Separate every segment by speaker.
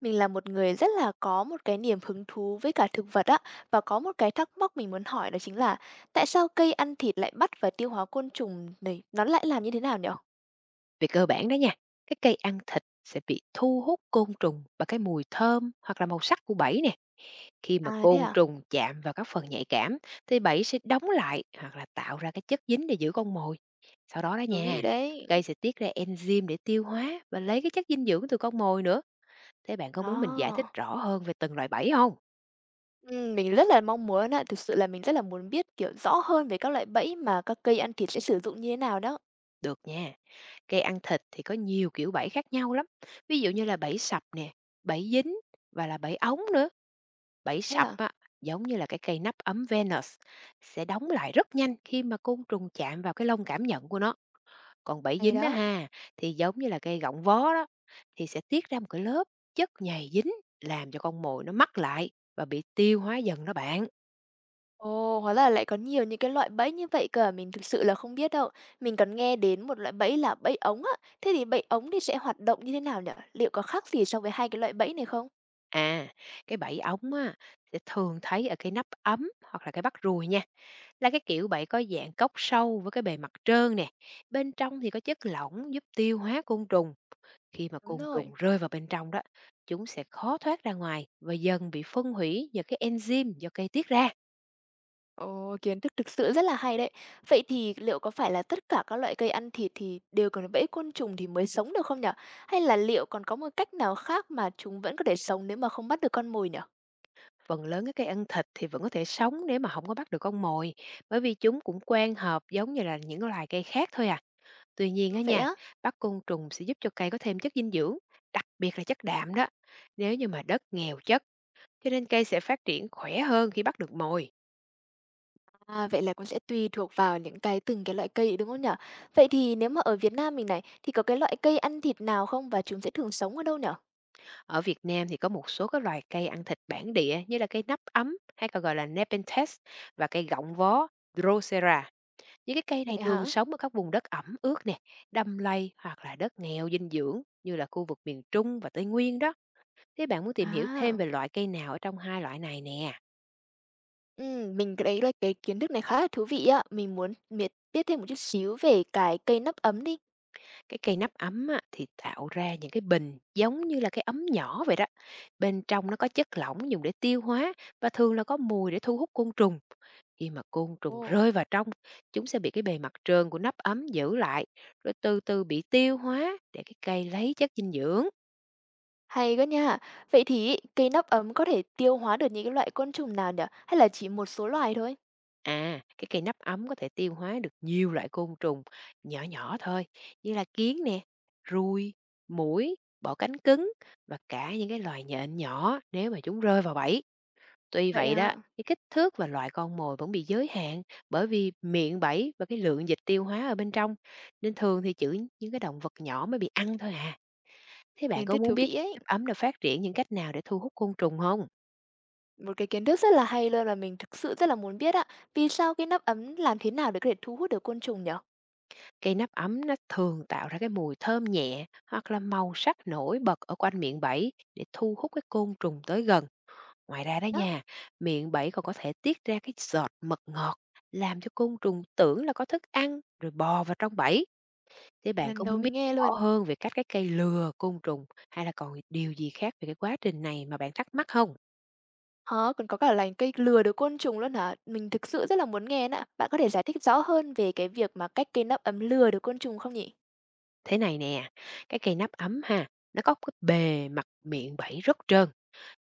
Speaker 1: Mình là một người rất là có một cái niềm hứng thú với cả thực vật á, và có một cái thắc mắc mình muốn hỏi đó chính là tại sao cây ăn thịt lại bắt và tiêu hóa côn trùng này, nó lại làm như thế nào nhỉ?
Speaker 2: Về cơ bản đó nha, cái cây ăn thịt sẽ bị thu hút côn trùng bằng cái mùi thơm hoặc là màu sắc của bẫy nè. Khi mà
Speaker 1: À thế
Speaker 2: côn
Speaker 1: à?
Speaker 2: trùng chạm vào các phần nhạy cảm thì bẫy sẽ đóng lại hoặc là tạo ra cái chất dính để giữ con mồi. Sau đó đó
Speaker 1: Thú
Speaker 2: nha,
Speaker 1: vị đấy.
Speaker 2: cây sẽ tiết ra enzyme để tiêu hóa và lấy cái chất dinh dưỡng từ con mồi nữa. Thế bạn có muốn mình giải thích
Speaker 1: Đó.
Speaker 2: rõ hơn về từng loại bẫy không?
Speaker 1: Ừ, mình rất là mong muốn ạ, thực sự là mình rất là muốn biết kiểu rõ hơn về các loại bẫy mà các cây ăn thịt sẽ sử dụng như thế nào đó.
Speaker 2: Được nha, cây ăn thịt thì có nhiều kiểu bẫy khác nhau lắm. Ví dụ như là bẫy sập nè, bẫy dính và là bẫy ống nữa. Bẫy
Speaker 1: Thế
Speaker 2: sập
Speaker 1: à?
Speaker 2: á, giống như là cái cây nắp ấm Venus, sẽ đóng lại rất nhanh khi mà côn trùng chạm vào cái lông cảm nhận của nó. Còn bẫy
Speaker 1: Hay
Speaker 2: dính đó
Speaker 1: đó.
Speaker 2: ha, thì giống như là cây gọng vó đó, thì sẽ tiết ra một cái lớp chất nhầy dính, làm cho con mồi nó mắc lại và bị tiêu hóa dần đó bạn.
Speaker 1: Ồ, hóa là lại có nhiều những cái loại bẫy như vậy cơ à, mình thực sự là không biết đâu. Mình còn nghe đến một loại bẫy là bẫy ống á. Thế thì bẫy ống thì sẽ hoạt động như thế nào nhỉ? Liệu có khác gì so với hai cái loại bẫy này không?
Speaker 2: À, cái bẫy ống á, sẽ thường thấy ở cái nắp ấm hoặc là cái bắt ruồi nha. Là cái kiểu bẫy có dạng cốc sâu với cái bề mặt trơn nè. Bên trong thì có chất lỏng giúp tiêu hóa côn trùng. Khi mà
Speaker 1: Đúng
Speaker 2: côn trùng
Speaker 1: rồi.
Speaker 2: rơi vào bên trong đó, chúng sẽ khó thoát ra ngoài và dần bị phân hủy nhờ cái enzyme do cây tiết ra.
Speaker 1: Ồ, kiến thức thực sự rất là hay đấy. Vậy thì liệu có phải là tất cả các loại cây ăn thịt thì đều cần bẫy côn trùng thì mới sống được không nhở? Hay là liệu còn có một cách nào khác mà chúng vẫn có thể sống nếu mà không bắt được con mồi nhở?
Speaker 2: Phần lớn các cây ăn thịt thì vẫn có thể sống nếu mà không có bắt được con mồi, bởi vì chúng cũng quen hợp giống như là những loài cây khác thôi à. Tuy nhiên
Speaker 1: Ừ,
Speaker 2: á
Speaker 1: vậy
Speaker 2: nha,
Speaker 1: á?
Speaker 2: bắt côn trùng sẽ giúp cho cây có thêm chất dinh dưỡng, đặc biệt là chất đạm đó. Nếu như mà đất nghèo chất, cho nên cây sẽ phát triển khỏe hơn khi bắt được mồi.
Speaker 1: À, vậy là cũng sẽ tùy thuộc vào những cái từng cái loại cây, đúng không nhở? Vậy thì nếu mà ở Việt Nam mình này, thì có cái loại cây ăn thịt nào không và chúng sẽ thường sống ở đâu nhở?
Speaker 2: Ở Việt Nam thì có một số cái loài cây ăn thịt bản địa như là cây nắp ấm hay còn gọi là Nepenthes, và cây gọng vó Drosera. Những cái cây này
Speaker 1: Vậy
Speaker 2: thường
Speaker 1: hả?
Speaker 2: sống ở các vùng đất ẩm ướt nè, đầm lầy hoặc là đất nghèo dinh dưỡng như là khu vực miền Trung và Tây Nguyên đó. Thế bạn muốn tìm hiểu thêm
Speaker 1: À,
Speaker 2: về loại cây nào ở trong hai loại này nè?
Speaker 1: mình thấy là cái kiến thức này khá là thú vị ạ. Mình muốn biết thêm một chút xíu về cái cây nắp ấm đi.
Speaker 2: Cái cây nắp ấm á, thì tạo ra những cái bình giống như là cái ấm nhỏ vậy đó. Bên trong nó có chất lỏng dùng để tiêu hóa và thường là có mùi để thu hút côn trùng. Khi mà côn trùng
Speaker 1: Ồ,
Speaker 2: rơi vào trong, chúng sẽ bị cái bề mặt trơn của nắp ấm giữ lại, rồi từ từ bị tiêu hóa để cái cây lấy chất dinh dưỡng.
Speaker 1: hay quá nha. Vậy thì ý, cây nắp ấm có thể tiêu hóa được những cái loại côn trùng nào nhở? Hay là chỉ một số loài thôi?
Speaker 2: À, cái cây nắp ấm có thể tiêu hóa được nhiều loại côn trùng nhỏ nhỏ thôi, như là kiến nè, ruồi, muỗi, bọ cánh cứng và cả những cái loài nhện nhỏ nếu mà chúng rơi vào bẫy. Tuy
Speaker 1: Vậy
Speaker 2: vậy đó,
Speaker 1: à,
Speaker 2: cái kích thước và loại con mồi vẫn bị giới hạn bởi vì miệng bẫy và cái lượng dịch tiêu hóa ở bên trong, nên thường thì chỉ những cái động vật nhỏ mới bị ăn thôi à. Thế bạn
Speaker 1: kiến
Speaker 2: có
Speaker 1: thức thú
Speaker 2: muốn biết
Speaker 1: vị ấy.
Speaker 2: nắp ấm đã phát triển những cách nào để thu hút côn trùng không?
Speaker 1: Một cái kiến thức rất là hay luôn và mình thực sự rất là muốn biết ạ. Vì sao cái nắp ấm làm thế nào để có thể thu hút được côn trùng nhở?
Speaker 2: Cây nắp ấm nó thường tạo ra cái mùi thơm nhẹ hoặc là màu sắc nổi bật ở quanh miệng bẫy để thu hút cái côn trùng tới gần. Ngoài ra đó
Speaker 1: Đó,
Speaker 2: nha, miệng bẫy còn có thể tiết ra cái giọt mật ngọt, làm cho côn trùng tưởng là có thức ăn rồi bò vào trong bẫy. Thế bạn
Speaker 1: lần
Speaker 2: có
Speaker 1: đầu
Speaker 2: muốn biết
Speaker 1: mình nghe
Speaker 2: rõ
Speaker 1: luôn.
Speaker 2: hơn về cách cái cây lừa côn trùng, hay là còn điều gì khác về cái quá trình này mà bạn thắc mắc không?
Speaker 1: Hả? Còn có cả lành cây lừa được côn trùng luôn hả? Mình thực sự rất là muốn nghe nè. Bạn có thể giải thích rõ hơn về cái việc mà cách cây nắp ấm lừa được côn trùng không nhỉ?
Speaker 2: Thế này nè, cái cây nắp ấm ha, nó có cái bề mặt miệng bẫy rất trơn,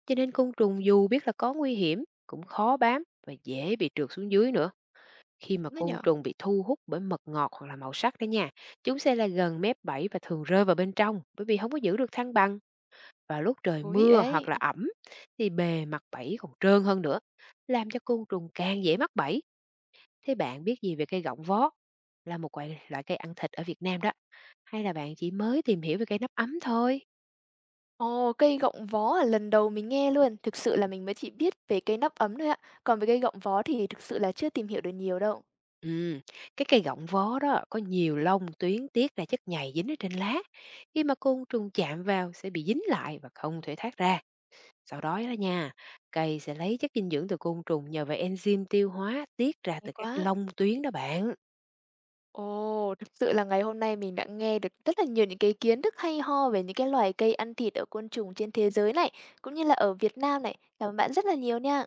Speaker 2: cho nên côn trùng dù biết là có nguy hiểm cũng khó bám và dễ bị trượt xuống dưới nữa. Khi mà
Speaker 1: Đúng đó
Speaker 2: côn
Speaker 1: nhở,
Speaker 2: trùng bị thu hút bởi mật ngọt hoặc là màu sắc đó nha, chúng sẽ là gần mép bẫy và thường rơi vào bên trong bởi vì không có giữ được thăng bằng. Và lúc trời
Speaker 1: thú vị
Speaker 2: mưa
Speaker 1: đấy.
Speaker 2: hoặc là ẩm thì bề mặt bẫy còn trơn hơn nữa, làm cho côn trùng càng dễ mắc bẫy. Thế bạn biết gì về cây gọng vó? Là một loại cây ăn thịt ở Việt Nam đó, hay là bạn chỉ mới tìm hiểu về cây nắp ấm thôi?
Speaker 1: Ồ, cây gọng vó là lần đầu mình nghe luôn. Thực sự là mình mới chỉ biết về cây nắp ấm thôi ạ. Còn về cây gọng vó thì thực sự là chưa tìm hiểu được nhiều đâu.
Speaker 2: Ừ, cái cây gọng vó đó có nhiều lông tuyến tiết ra chất nhầy dính ở trên lá. Khi mà côn trùng chạm vào sẽ bị dính lại và không thể thoát ra. Sau đó đó nha, cây sẽ lấy chất dinh dưỡng từ côn trùng nhờ vào enzyme tiêu hóa tiết ra
Speaker 1: Hay
Speaker 2: từ các
Speaker 1: quá.
Speaker 2: lông tuyến đó bạn.
Speaker 1: Ồ, thực sự là ngày hôm nay mình đã nghe được rất là nhiều những cái kiến thức hay ho về những cái loài cây ăn thịt ở côn trùng trên thế giới này, cũng như là ở Việt Nam này. Cảm ơn bạn rất là nhiều nha.